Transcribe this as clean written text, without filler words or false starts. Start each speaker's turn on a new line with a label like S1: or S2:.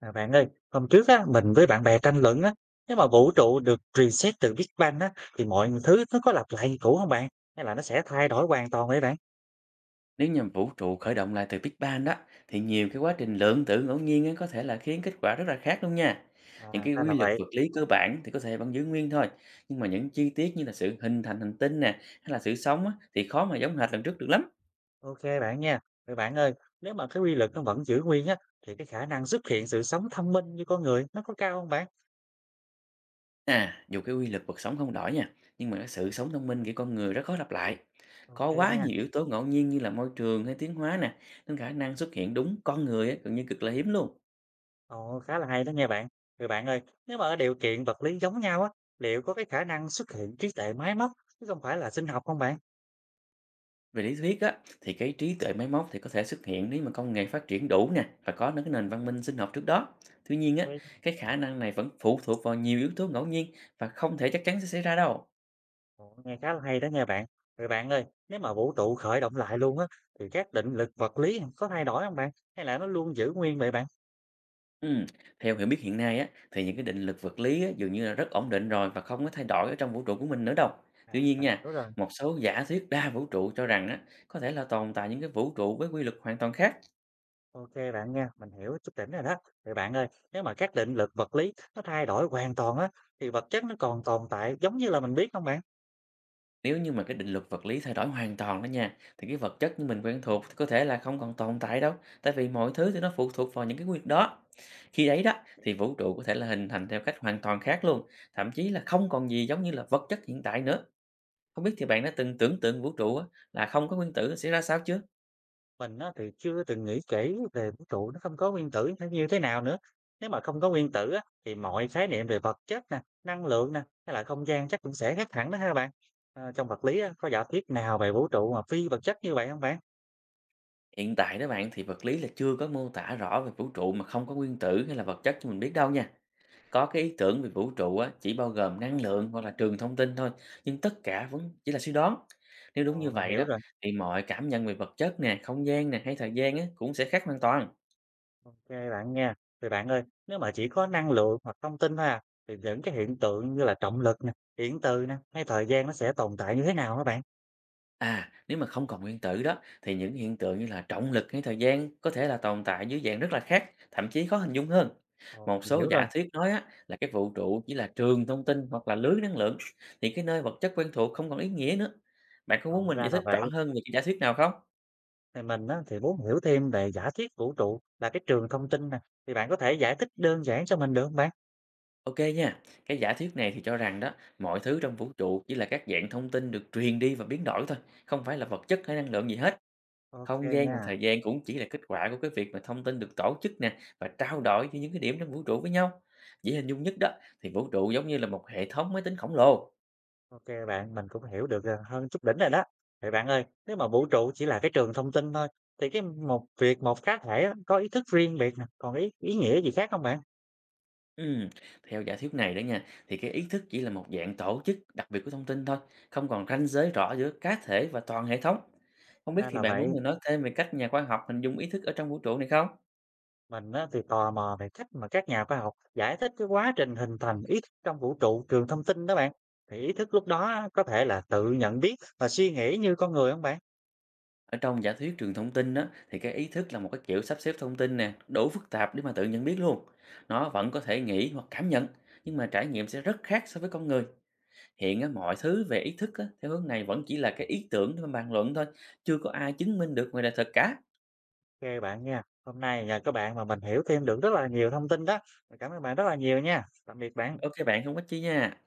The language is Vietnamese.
S1: À, bạn ơi, hôm trước á, mình với bạn bè tranh luận á, nếu mà vũ trụ được reset từ Big Bang á, thì mọi thứ nó có lặp lại như cũ không bạn? Hay là nó sẽ thay đổi hoàn toàn vậy bạn?
S2: Nếu như vũ trụ khởi động lại từ Big Bang đó thì nhiều cái quá trình lượng tử ngẫu nhiên ấy có thể là khiến kết quả rất là khác luôn nha. Những
S1: À,
S2: cái
S1: ra
S2: quy
S1: là
S2: luật
S1: vậy.
S2: vật lý cơ bản thì có thể vẫn giữ nguyên thôi, nhưng mà những chi tiết như là sự hình thành hành tinh nè hay là sự sống á, thì khó mà giống hệt lần trước được lắm.
S1: Ok bạn nha. Vậy bạn ơi, nếu mà cái quy luật nó vẫn giữ nguyên á, thì cái khả năng xuất hiện sự sống thông minh như con người nó có cao không bạn?
S2: À, dù cái quy luật vật sống không đổi nha, nhưng mà cái sự sống thông minh của con người rất khó lặp lại. Có
S1: Ok
S2: quá
S1: nha.
S2: nhiều yếu tố ngẫu nhiên như là môi trường hay tiến hóa nè, nên khả năng xuất hiện đúng con người á, gần như cực là hiếm luôn.
S1: Ồ, khá là hay đó nha bạn. Vậy bạn ơi, nếu mà ở điều kiện vật lý giống nhau á, liệu có cái khả năng xuất hiện trí tuệ máy móc chứ không phải là sinh học không bạn?
S2: Về lý thuyết á, thì cái trí tuệ máy móc thì có thể xuất hiện nếu mà công nghệ phát triển đủ nè và có những cái nền văn minh sinh học trước đó. Tuy nhiên á, cái khả năng này vẫn phụ thuộc vào nhiều yếu tố ngẫu nhiên và không thể chắc chắn sẽ xảy ra đâu.
S1: Ồ, nghe khá là hay đó nha bạn. Rồi bạn ơi, nếu mà vũ trụ khởi động lại luôn á, thì các định lực vật lý có thay đổi không bạn? Hay là nó luôn giữ nguyên vậy bạn?
S2: Ừ. Theo hiểu biết hiện nay á, thì những cái định luật vật lý á, dường như là rất ổn định rồi và không có thay đổi ở trong vũ trụ của mình nữa đâu.
S1: À,
S2: Tuy nhiên
S1: mình
S2: nha,
S1: hiểu rồi.
S2: một số giả thuyết đa vũ trụ cho rằng á, có thể là tồn tại những cái vũ trụ với quy luật hoàn toàn khác.
S1: Ok bạn nha, mình hiểu chút đỉnh rồi đó. Rồi bạn ơi, nếu mà các định lực vật lý nó thay đổi hoàn toàn á, thì vật chất nó còn tồn tại giống như là mình biết không bạn?
S2: Nếu như mà cái định luật vật lý thay đổi hoàn toàn đó nha, thì cái vật chất như mình quen thuộc có thể là không còn tồn tại đâu, tại vì mọi thứ thì nó phụ thuộc vào những cái quy luật đó. Khi đấy đó thì vũ trụ có thể là hình thành theo cách hoàn toàn khác luôn, thậm chí là không còn gì giống như là vật chất hiện tại nữa. Không biết thì bạn đã từng tưởng tượng vũ trụ á, là không có nguyên tử sẽ ra sao chưa?
S1: Mình á thì chưa từng nghĩ kỹ về vũ trụ nó không có nguyên tử nó như thế nào nữa. Nếu mà không có nguyên tử á, thì mọi khái niệm về vật chất nè, năng lượng nè, hay là không gian chắc cũng sẽ khác hẳn đó ha bạn. Ờ, trong vật lý á, có giả thuyết nào về vũ trụ mà phi vật chất như vậy không bạn?
S2: Hiện tại đó bạn thì vật lý là chưa có mô tả rõ về vũ trụ mà không có nguyên tử hay là vật chất cho mình biết đâu nha. Có cái ý tưởng về vũ trụ á, chỉ bao gồm năng lượng hoặc là trường thông tin thôi, nhưng tất cả vẫn chỉ là suy đoán. Nếu
S1: Ờ,
S2: đúng như
S1: mình
S2: vậy đó,
S1: hiểu rồi.
S2: thì mọi cảm nhận về vật chất nè, không gian nè hay thời gian á, cũng sẽ khác hoàn toàn.
S1: Ok bạn nha. Thì bạn ơi, nếu mà chỉ có năng lượng hoặc thông tin thôi à, thì những cái hiện tượng như là trọng lực nè, điện từ nè, hay thời gian nó sẽ tồn tại như thế nào hả bạn?
S2: À, nếu mà không còn nguyên tử đó, thì những hiện tượng như là trọng lực hay thời gian có thể là tồn tại dưới dạng rất là khác, thậm chí khó hình dung hơn.
S1: Ờ,
S2: Một
S1: mình
S2: số
S1: hiểu rồi.
S2: giả thuyết nói á, là cái vũ trụ chỉ là trường thông tin hoặc là lưới năng lượng, thì cái nơi vật chất quen thuộc không còn ý nghĩa nữa. Bạn có
S1: Ờ,
S2: muốn mình
S1: ra
S2: giải
S1: là
S2: thích
S1: vậy.
S2: rõ hơn về cái giả thuyết nào không?
S1: Thì mình á, thì muốn hiểu thêm về giả thuyết vũ trụ là cái trường thông tin nè. Thì bạn có thể giải thích đơn giản cho mình được không bạn?
S2: Ok nha, cái giả thuyết này thì cho rằng đó, mọi thứ trong vũ trụ chỉ là các dạng thông tin được truyền đi và biến đổi thôi, không phải là vật chất hay năng lượng gì hết.
S1: Ok
S2: Không gian và
S1: nha.
S2: thời gian cũng chỉ là kết quả của cái việc mà thông tin được tổ chức nè và trao đổi với những cái điểm trong vũ trụ với nhau. Dễ hình dung nhất đó thì vũ trụ giống như là một hệ thống máy tính khổng lồ.
S1: Ok bạn, mình cũng hiểu được à, hơn chút đỉnh rồi đó. Vậy bạn ơi, nếu mà vũ trụ chỉ là cái trường thông tin thôi, thì cái một việc một cá thể á, có ý thức riêng biệt nè, còn ý nghĩa gì khác không bạn?
S2: Ừm, Theo giả thuyết này đó nha, thì cái ý thức chỉ là một dạng tổ chức đặc biệt của thông tin thôi, không còn ranh giới rõ giữa cá thể và toàn hệ thống. Không biết
S1: Ra
S2: thì
S1: là
S2: bạn muốn
S1: vậy,
S2: mình nói thêm về cách nhà khoa học hình dung ý thức ở trong vũ trụ này không?
S1: mình á, thì tò mò về cách mà các nhà khoa học giải thích cái quá trình hình thành ý thức trong vũ trụ trường thông tin đó bạn. Thì ý thức lúc đó á, có thể là tự nhận biết và suy nghĩ như con người không bạn?
S2: Ở trong giả thuyết trường thông tin đó, thì cái ý thức là một cái kiểu sắp xếp thông tin nè, đủ phức tạp để mà tự nhận biết luôn. Nó vẫn có thể nghĩ hoặc cảm nhận, nhưng mà trải nghiệm sẽ rất khác so với con người. Hiện á, mọi thứ về ý thức á, theo hướng này vẫn chỉ là cái ý tưởng để mà bàn luận thôi, chưa có ai chứng minh được ngoài đời thật cả.
S1: OK bạn nha. Hôm nay nhờ các bạn mà mình hiểu thêm được rất là nhiều thông tin đó. Cảm ơn bạn rất là nhiều nha. Tạm biệt bạn.
S2: Ok bạn, không có chi nha.